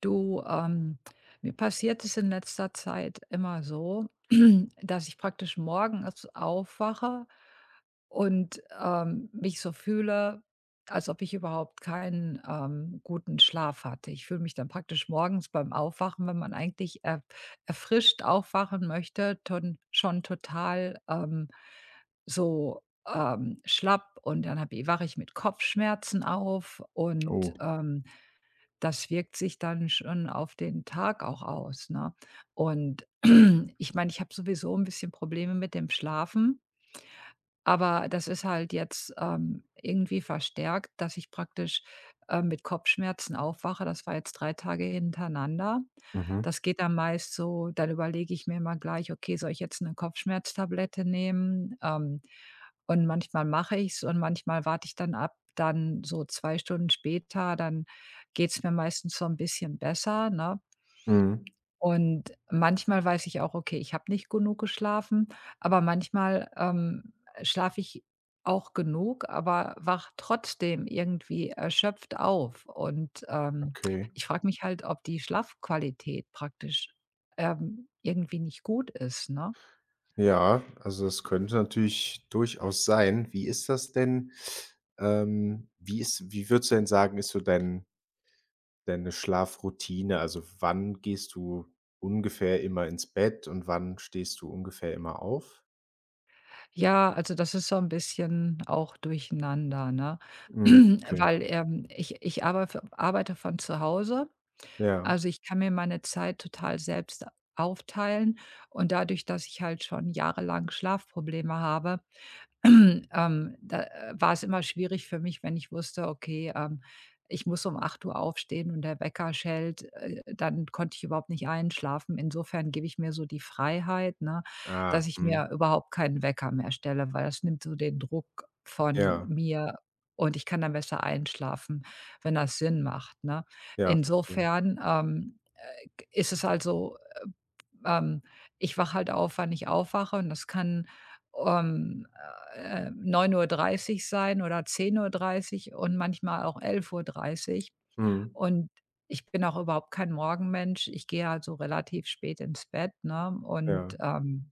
Du, mir passiert es in letzter Zeit immer so, dass ich praktisch morgens aufwache und mich so fühle, als ob ich überhaupt keinen guten Schlaf hatte. Ich fühle mich dann praktisch morgens beim Aufwachen, wenn man eigentlich er erfrischt aufwachen möchte, ton schon total so schlapp, und dann wache ich mit Kopfschmerzen auf, Oh, und das wirkt sich dann schon auf den Tag auch aus, ne? Und ich meine, ich habe sowieso ein bisschen Probleme mit dem Schlafen. Aber das ist halt jetzt irgendwie verstärkt, dass ich praktisch mit Kopfschmerzen aufwache. Das war jetzt 3 Tage hintereinander. mhm, Das geht dann meist so, dann überlege ich mir immer gleich: „Okay, soll ich jetzt eine Kopfschmerztablette nehmen?" Und manchmal mache ich es und manchmal warte ich dann ab. Dann so 2 Stunden später, dann geht es mir meistens so ein bisschen besser, ne? mhm, Und manchmal weiß ich auch, okay, ich habe nicht genug geschlafen, aber manchmal schlafe ich auch genug, aber wach trotzdem irgendwie erschöpft auf. Und okay. ich frage mich halt, ob die Schlafqualität praktisch irgendwie nicht gut ist, ne? Ja, also das könnte natürlich durchaus sein. Wie ist das denn? Wie würdest du denn sagen, ist so deine Schlafroutine? Also, wann gehst du ungefähr immer ins Bett und wann stehst du ungefähr immer auf? Ja, also das ist so ein bisschen auch durcheinander, ne? Mhm, okay. Weil ich arbeite von zu Hause. Ja. Also, ich kann mir meine Zeit total selbst aufteilen, und dadurch, dass ich halt schon jahrelang Schlafprobleme habe, da war es immer schwierig für mich, wenn ich wusste, okay ich muss um 8 Uhr aufstehen und der Wecker schellt, dann konnte ich überhaupt nicht einschlafen. Insofern gebe ich mir so die Freiheit, ne, Ah, dass ich mhm. mir überhaupt keinen Wecker mehr stelle, weil das nimmt so den Druck von Ja, mir, und ich kann dann besser einschlafen, wenn das Sinn macht, ne? ja, verstehe. Insofern ist es also ähm, ich wache halt auf, wann ich aufwache, und das kann, ähm, 9:30 sein oder 10:30 und manchmal auch 11:30. Mhm, Und ich bin auch überhaupt kein Morgenmensch. Ich gehe also relativ spät ins Bett, ne? Undja. ähm,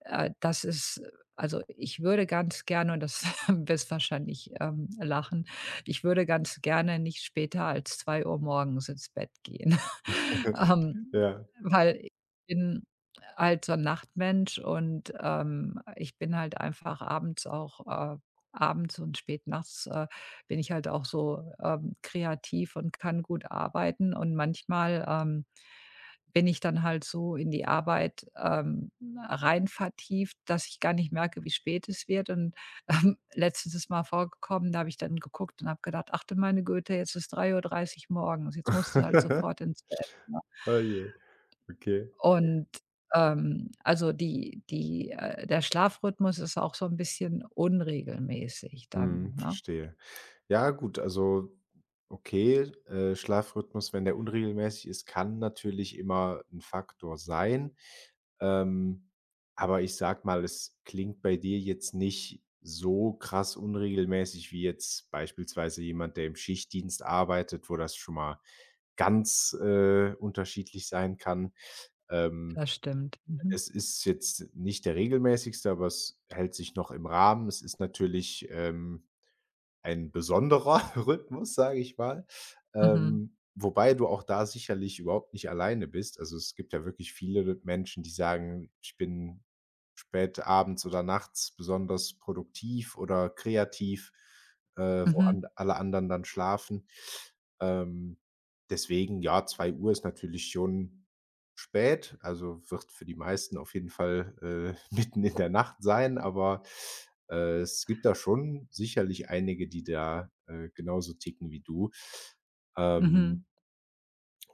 äh, das ist, also, ich würde ganz gerne, und das wirst wahrscheinlich lachen, ich würde ganz gerne nicht später als 2 Uhr morgens ins Bett gehen. Ähm, Ja. Weil ich bin halt so 'n Nachtmensch, und ich bin halt einfach abends auch äh, abends und spät nachts bin ich halt auch so kreativ und kann gut arbeiten. Und manchmal bin ich dann halt so in die Arbeit rein vertieft, dass ich gar nicht merke, wie spät es wird. Und letztens ist mal vorgekommen, da habe ich dann geguckt und habe gedacht: „achte meine Güte, jetzt ist 3:30 Uhr morgens, jetzt musst du halt sofort ins Bett", ne? Oh je. Okay. Und also die die der Schlafrhythmus ist auch so ein bisschen unregelmäßig Mhm, dann, ne? verstehe. Ja gut, also okay, Schlafrhythmus, wenn der unregelmäßig ist, kann natürlich immer ein Faktor sein. Ähm, aber ich sage mal, es klingt bei dir jetzt nicht so krass unregelmäßig wie jetzt beispielsweise jemand, der im Schichtdienst arbeitet, wo das schon mal ganz, unterschiedlich sein kann. Ähm, Das stimmt. Mhm. es ist jetzt nicht der regelmäßigste, aber es hält sich noch im Rahmen. Es ist natürlich, ein besonderer Rhythmus, sage ich mal, Mhm. Wobei du auch da sicherlich überhaupt nicht alleine bist. Also, es gibt ja wirklich viele Menschen, die sagen: „Ich bin spät abends oder nachts besonders produktiv oder kreativ", äh, wo Mhm. an alle anderen dann schlafen. Ähm, deswegen, ja, 2 Uhr ist natürlich schon spät, also wird für die meisten auf jeden Fall, mitten in der Nacht sein, aber, es gibt da schon sicherlich einige, die da, genauso ticken wie du. Ähm, Mhm.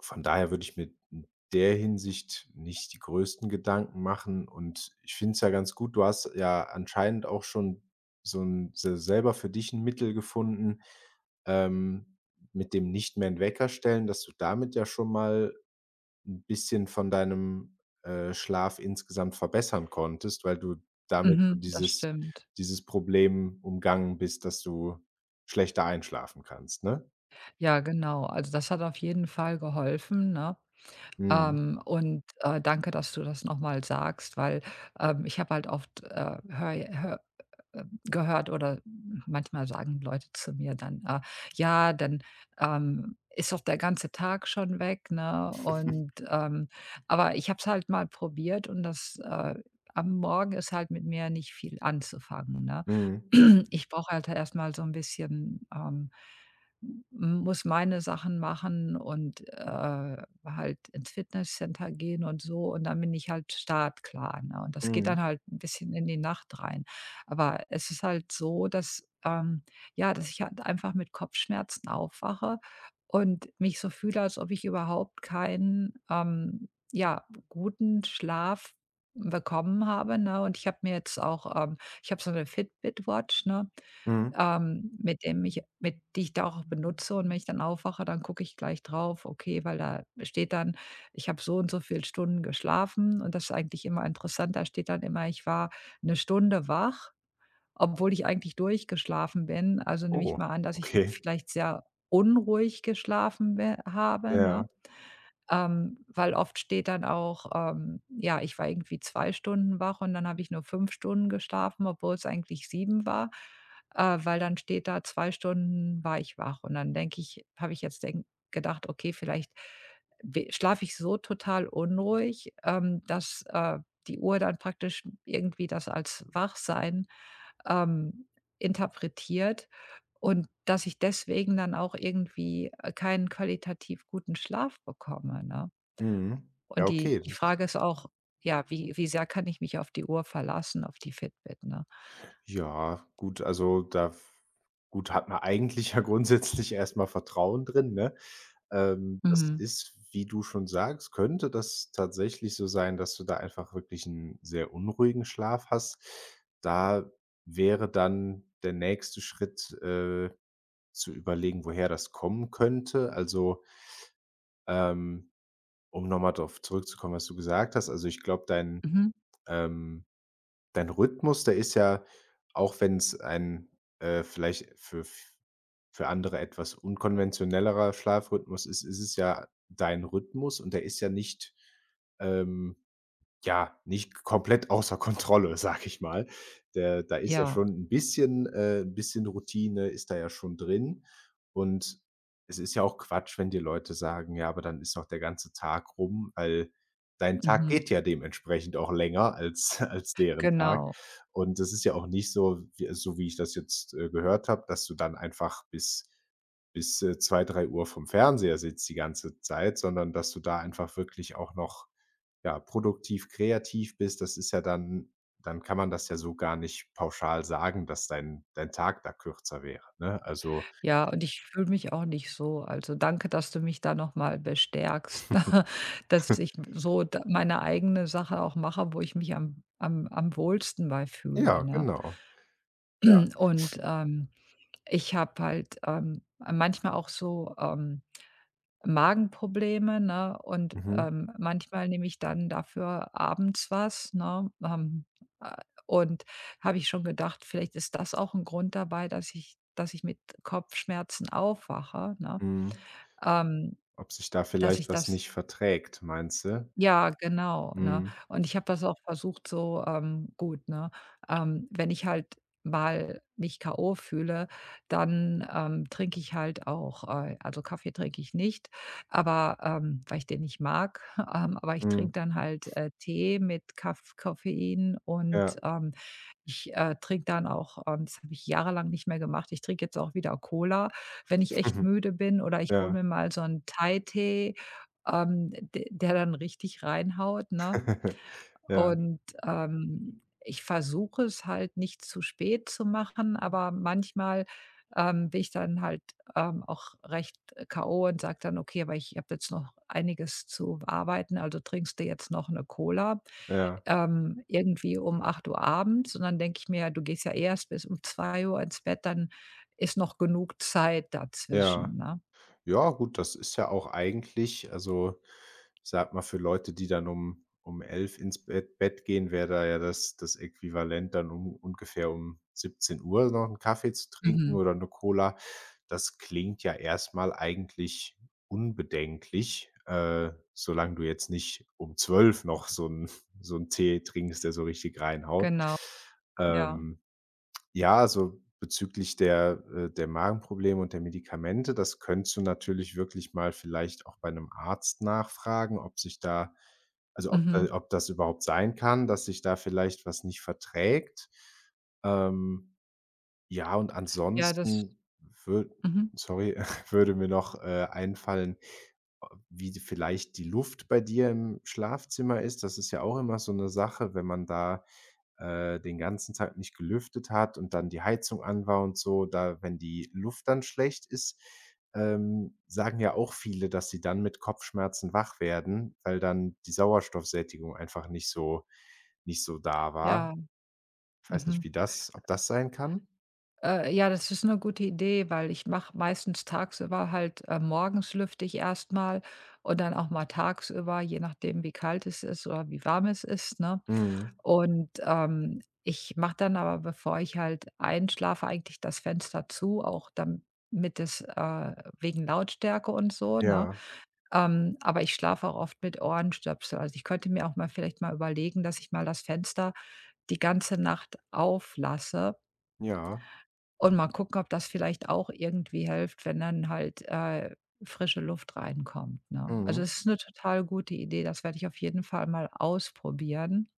von daher würde ich mir in der Hinsicht nicht die größten Gedanken machen und ich finde es ja ganz gut, du hast ja anscheinend auch schon so ein se selber für dich ein Mittel gefunden, ähm, mit dem nicht mehr in Wecker stellen, dass du damit ja schon mal, ein bisschen von deinem, Schlaf insgesamt verbessern konntest, weil du damit so Mhm. Das dieses stimmt. dieses Problem umgangen bist, dass du schlechter einschlafen kannst, ne? Ja, genau. Also, das hat auf jeden Fall geholfen, ne? Mhm. Und, danke, dass du das noch mal sagst, weil ich habe halt oft, höre gehört oder manchmal sagen Leute zu mir dann: „Ja, dann ist doch der ganze Tag schon weg", ne? Und, aber ich habe es halt mal probiert, und am Morgen ist halt mit mir nicht viel anzufangen, ne? Mhm. Ich brauche halt erst mal so ein bisschen, m muss meine Sachen machen und halt ins Fitnesscenter gehen und so, und dann bin ich halt startklar, ne? Und das geht Mhm. dann halt ein bisschen in die Nacht rein. Aber es ist halt so, dass ja, dass ich halt einfach mit Kopfschmerzen aufwache und mich so fühle, als ob ich überhaupt keinen ja, guten Schlaf bekommen habe, ne? Und ich habe mir jetzt auch, ich habe so eine Fitbit-Watch, ne, Mhm. ähm, mit dem ich mit die ich da auch benutze, und wenn ich dann aufwache, dann gucke ich gleich drauf, okay, weil da steht dann, ich habe so und so viel Stunden geschlafen, und das ist eigentlich immer interessant, da steht dann immer, ich war eine Stunde wach. Obwohl ich eigentlich durchgeschlafen bin. Also, nehme ich Oh, mal an, dass ich okay. vielleicht sehr unruhig geschlafen be habe, ne? Ja. Weil oft steht dann auch ja, ich war irgendwie 2 Stunden wach, und dann habe ich nur 5 Stunden geschlafen, obwohl es eigentlich 7 war weil dann steht da, 2 Stunden war ich wach. Und dann denke ich habe ich jetzt denk gedacht: „Okay, vielleicht schlafe ich so total unruhig dass die Uhr dann praktisch irgendwie das als Wachsein ähm, interpretiert, und dass ich deswegen dann auch irgendwie keinen qualitativ guten Schlaf bekomme, ne? Mhm. Ja, Und die okay. die das Frage ist auch, ja, wie sehr kann ich mich auf die Uhr verlassen, auf die Fitbit, ne? Ja, gut, also da f Gut, hat man eigentlich ja grundsätzlich erstmal Vertrauen drin, ne? Das Mhm. ist, wie du schon sagst könnte das tatsächlich so sein, dass du da einfach wirklich einen sehr unruhigen Schlaf hast. Da wäre dann der nächste Schritt, zu überlegen, woher das kommen könnte. Also, ähm, um nochmal darauf zurückzukommen, was du gesagt hast. Also, ich glaube, Mhm. ähm Dein Rhythmus, der ist ja, auch wenn es ein, vielleicht für andere etwas unkonventionellerer Schlafrhythmus ist, ist es ja dein Rhythmus und der ist ähm ja, nicht komplett außer Kontrolle, sage ich mal. Der Da ist ja Ja. schon ein bisschen 'n bisschen Routine ist da ja schon drin. Und es ist ja auch Quatsch, wenn die Leute sagen: „Ja, aber dann ist doch der ganze Tag rum", weil dein Tag Mhm. geht ja dementsprechend auch länger als als deren Tag. Genau. Und das ist ja auch nicht so wie ich das jetzt, gehört habe, dass du dann einfach bis, 2, 3 Uhr vom Fernseher sitzt die ganze Zeit, sondern dass du da einfach wirklich auch noch ja, produktiv, kreativ bist, das ist ja dann kann man das ja so gar nicht pauschal sagen, dass dein Tag da kürzer wäre, ne? Also Ja, und ich fühle mich auch nicht so. Also, danke, dass du mich da noch mal bestärkst, dass ich so d meine eigene Sache auch mache, wo ich mich am am am wohlsten bei fühle, ja, ne? genau. Ja, Und ich habe halt manchmal auch so Magenprobleme, ne? Undmhm, manchmal nehme ich dann dafür abends was, ne? Äh, und habe ich schon gedacht, vielleicht ist das auch ein Grund dabei, dass ich mit Kopfschmerzen aufwache, ne? mhm. Ähm, Ob sich da dass vielleicht ich was das nicht verträgt, meinst du? Ja, genau, ne? Mhm, Und ich habe das auch versucht so, gut, ne wenn ich halt mal mich K.O. fühle, dann trinke ich halt auch, also Kaffee trinke ich nicht, aber, weil ich den nicht mag, aber ich mhm, trinke dann halt Tee mit Kaff Koffein, und, ja, ich trinke dann auch das habe ich jahrelang nicht mehr gemacht. Ich trinke jetzt auch wieder Cola, wenn ich echt müde bin oder ich hole ja, mir mal so 'n Thai-Tee, d der dann richtig reinhaut, ne? ja, Und ich versuche es halt nicht zu spät zu machen, aber manchmal bin ich dann halt auch recht K.O. und sage dann: „Okay, aber ich habe jetzt noch einiges zu arbeiten, also trinkst du jetzt noch eine Cola“ja, irgendwie um 8 Uhr abends. Und dann denke ich mir: „ja, du gehst ja erst bis um 2 Uhr ins Bett, dann ist noch genug Zeit ja. dazwischen", ne? Ja, gut, das ist ja auch eigentlich also, ich sage mal, für Leute, die dann um 11 ins Bett gehen, wäre da ja das Äquivalent, dann um ungefähr um 17 Uhr noch einen Kaffee zu trinken Mhm. oder eine Cola. Das klingt ja erstmal eigentlich unbedenklich, solange du jetzt nicht um 12 noch so 'n so 'n Tee trinkst, der so richtig reinhaut. Genau, ja. Ähm ja, also bezüglich der der Magenprobleme und der Medikamente, das könntest du natürlich wirklich mal vielleicht auch bei einem Arzt nachfragen, ob sich da also, Mhm. ob das überhaupt sein kann, dass sich da vielleicht was nicht verträgt. Ähm, ja, und Ja, das ansonsten würde mhm. sorry, würde mir noch, einfallen, wie vielleicht die Luft bei dir im Schlafzimmer ist. Das ist ja auch immer so eine Sache, wenn man da den ganzen Tag nicht gelüftet hat und dann die Heizung an war und so, da wenn die Luft dann schlecht ist, sagen ja auch viele, dass sie dann mit Kopfschmerzen wach werden, weil dann die Sauerstoffsättigung einfach nicht so da Ja, war. Ich weiß nicht, mhm. wie das ob das sein kann? Ja, das ist eine gute Idee, weil ich mache meistens tagsüber halt morgens, lüfte ich erst, und dann auch mal tagsüber, je nachdem, wie kalt es ist oder wie warm es ist, ne? Mhm. Und ich mache dann aber, bevor ich halt einschlafe, eigentlich das Fenster zu, auch damit es wegen Lautstärke und so, ne? Ja, Aber ich schlafe auch oft mit Ohrenstöpsel. Also, ich könnte mir auch mal vielleicht mal überlegen, dass ich mal das Fenster die ganze Nacht auflasse. ja, Und mal gucken, ob das vielleicht auch irgendwie hilft, wenn dann halt frische Luft reinkommt, ne? Also, mhm. es ist eine total gute Idee. Das werde ich auf jeden Fall mal ausprobieren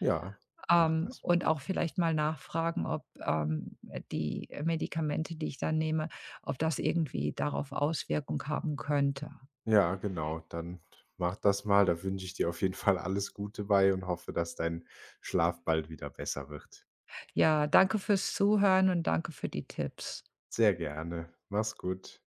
Ja, macht das. und auch vielleicht mal nachfragen, ob die Medikamente, die ich dann nehme, ob das irgendwie darauf Auswirkung haben könnte. Ja, genau, dann mach das mal. Da wünsche ich dir auf jeden Fall alles Gute bei und hoffe, dass dein Schlaf bald wieder besser wird. Ja, danke fürs Zuhören und danke für die Tipps. Sehr gerne. Mach's gut.